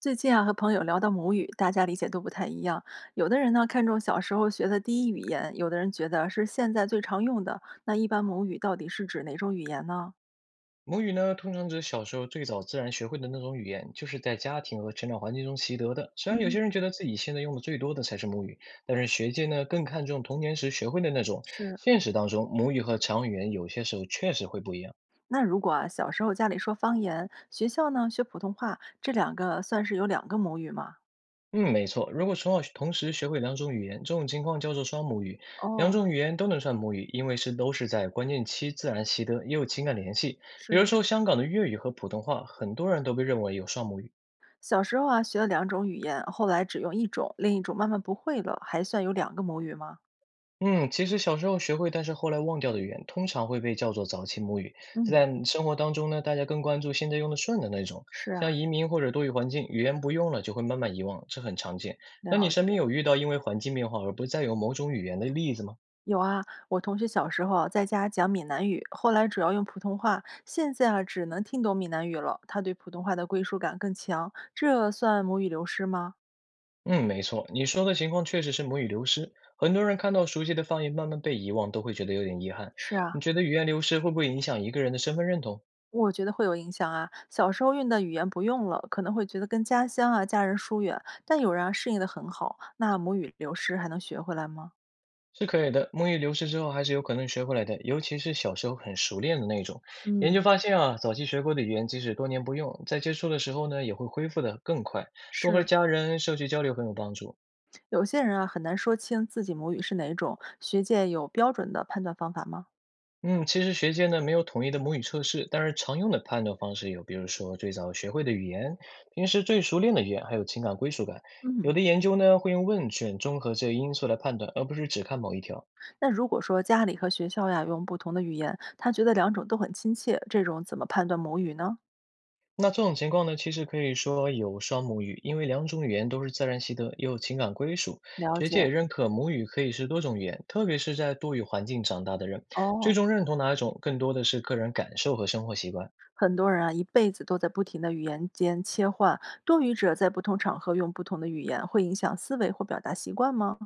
最近啊，和朋友聊到母语，大家理解都不太一样。有的人呢看重小时候学的第一语言，有的人觉得是现在最常用的。那一般母语到底是指哪种语言呢？母语呢，通常指小时候最早自然学会的那种语言，就是在家庭和成长环境中习得的。虽然有嗯，些人觉得自己现在用的最多的才是母语，但是学界呢更看重童年时学会的那种。是，现实当中，母语和常语言有些时候确实会不一样。那如果啊小时候家里说方言，学校呢学普通话，这两个算是有两个母语吗？嗯，没错。如果从小同时学会两种语言，这种情况叫做双母语。两哦，种语言都能算母语，因为是都是在关键期自然习得，也有情感联系。比如是，说香港的粤语和普通话，很多人都被认为有双母语。小时候啊学了两种语言，后来只用一种，另一种慢慢不会了，还算有两个母语吗？嗯，其实小时候学会，但是后来忘掉的语言，通常会被叫做早期母语。嗯，在生活当中呢，大家更关注现在用的顺的那种，是像啊，移民或者多语环境，语言不用了就会慢慢遗忘，这很常见。那你了身解。边有遇到因为环境变化而不再有某种语言的例子吗？有啊，我同学小时候啊在家讲闽南语，后来主要用普通话，现在啊只能听懂闽南语了。他对普通话的归属感更强，这算母语流失吗？嗯，没错，你说的情况确实是母语流失，很多人看到熟悉的方言慢慢被遗忘，都会觉得有点遗憾。是啊，你觉得语言流失会不会影响一个人的身份认同？我觉得会有影响啊。小时候用的语言不用了，可能会觉得跟家乡啊、家人疏远，但有人啊适应得很好，那母语流失还能学回来吗？是可以的，母语流失之后还是有可能学回来的，尤其是小时候很熟练的那种。研究嗯，发现啊，早期学过的语言，即使多年不用，在接触的时候呢，也会恢复的更快。多和是，家人、社区交流很有帮助。有些人啊很难说清自己母语是哪种，学界有标准的判断方法吗？嗯，其实学界呢没有统一的母语测试，但是常用的判断方式有，比如说最早学会的语言、平时最熟练的语言，还有情感归属感。有嗯。的研究呢会用问卷综合这些因素来判断，而不是只看某一条。那如果说家里和学校呀用不同的语言，他觉得两种都很亲切，这种怎么判断母语呢？那这种情况呢，其实可以说有双母语，因为两种语言都是自然习得，也有情感归属。了学界解也认可母语可以是多种语言，特别是在多语环境长大的人，最哦，终认同哪一种，更多的是个人感受和生活习惯。很多人啊一辈子都在不停的语言间切换，多语者在不同场合用不同的语言，会影响思维或表达习惯吗？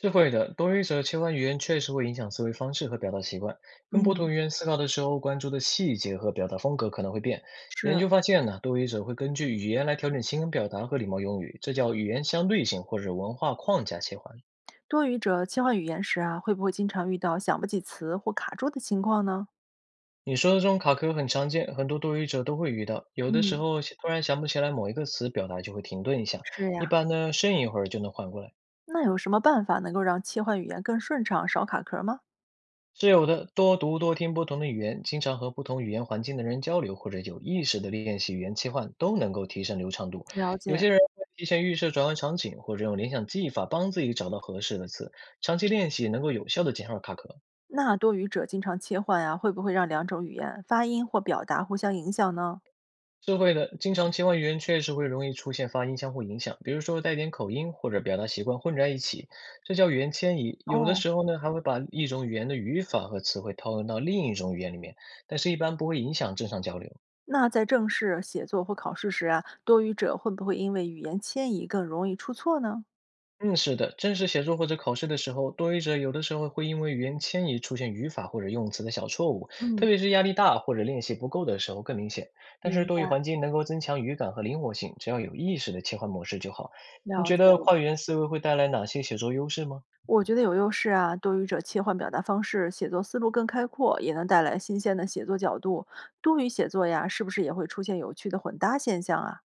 是会的，多语者切换语言确实会影响思维方式和表达习惯。用不嗯，同语言思考的时候，关注的细节和表达风格可能会变。研是。究发现呢，多语者会根据语言来调整情感表达和礼貌用语，这叫语言相对性或者文化框架切换。多语者切换语言时啊，会不会经常遇到想不起词或卡住的情况呢？你说的这种卡壳很常见，很多多语者都会遇到。有的时嗯，候想突然想不起来某一个词，表达就会停顿一下，是一呀。般呢，深一会儿就能缓过来。那有什么办法能够让切换语言更顺畅，少卡壳吗？是有的，多读多听不同的语言，经常和不同语言环境的人交流，或者有意识的练习语言切换，都能够提升流畅度。了有解。些人会提前预设转换场景，或者用联想记忆法帮自己找到合适的词，长期练习能够有效的减少卡壳。那多语者经常切换啊，会不会让两种语言发音或表达互相影响呢？是会的，经常切换语言确实会容易出现发音相互影响，比如说带点口音或者表达习惯混在一起，这叫语言迁移。有的哦，时候呢，还会把一种语言的语法和词汇套用到另一种语言里面，但是一般不会影响正常交流。那在正式写作或考试时啊，多语者会不会因为语言迁移更容易出错呢？嗯，是的，正式写作或者考试的时候，多语者有的时候会因为语言迁移出现语法或者用词的小错误，特嗯，别是压力大或者练习不够的时候更明显。但是明多语白，环境能够增强语感和灵活性，只要有意识的切换模式就好。你了觉解得了。跨语言思维会带来哪些写作优势吗？我觉得有优势啊，多语者切换表达方式，写作思路更开阔，也能带来新鲜的写作角度。多语写作呀，是不是也会出现有趣的混搭现象啊？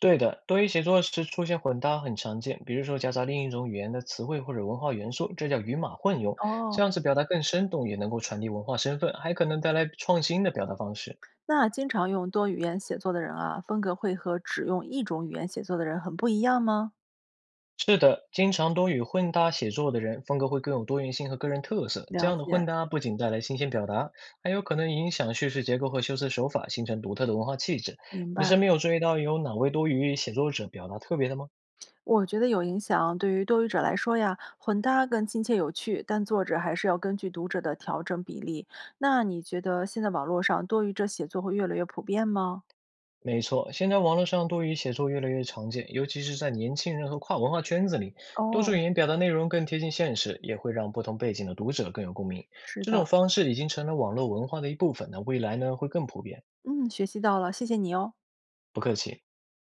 对的，多语写作时出现混搭很常见，比如说夹杂另一种语言的词汇或者文化元素，这叫语码混用。哦，这样子表达更生动，也能够传递文化身份，还可能带来创新的表达方式。那经常用多语言写作的人啊，风格会和只用一种语言写作的人很不一样吗？是的，经常多与混搭写作的人，风格会更有多元性和个人特色。这了样的解，混搭不仅带来新鲜表达，还有可能影响叙事结构和修辞手法，形成独特的文化气质。明你白。身边有注意到有哪位多语写作者表达特别的吗？我觉得有影响。对于多语者来说呀，混搭更亲切有趣，但作者还是要根据读者的调整比例。那你觉得现在网络上多语者写作会越来越普遍吗？没错，现在网络上多语写作越来越常见，尤其是在年轻人和跨文化圈子里，多种哦，语言表达内容更贴近现实，也会让不同背景的读者更有共鸣。是这的，种方式已经成了网络文化的一部分，那未来呢会更普遍。嗯，学习到了，谢谢你哦。不客气。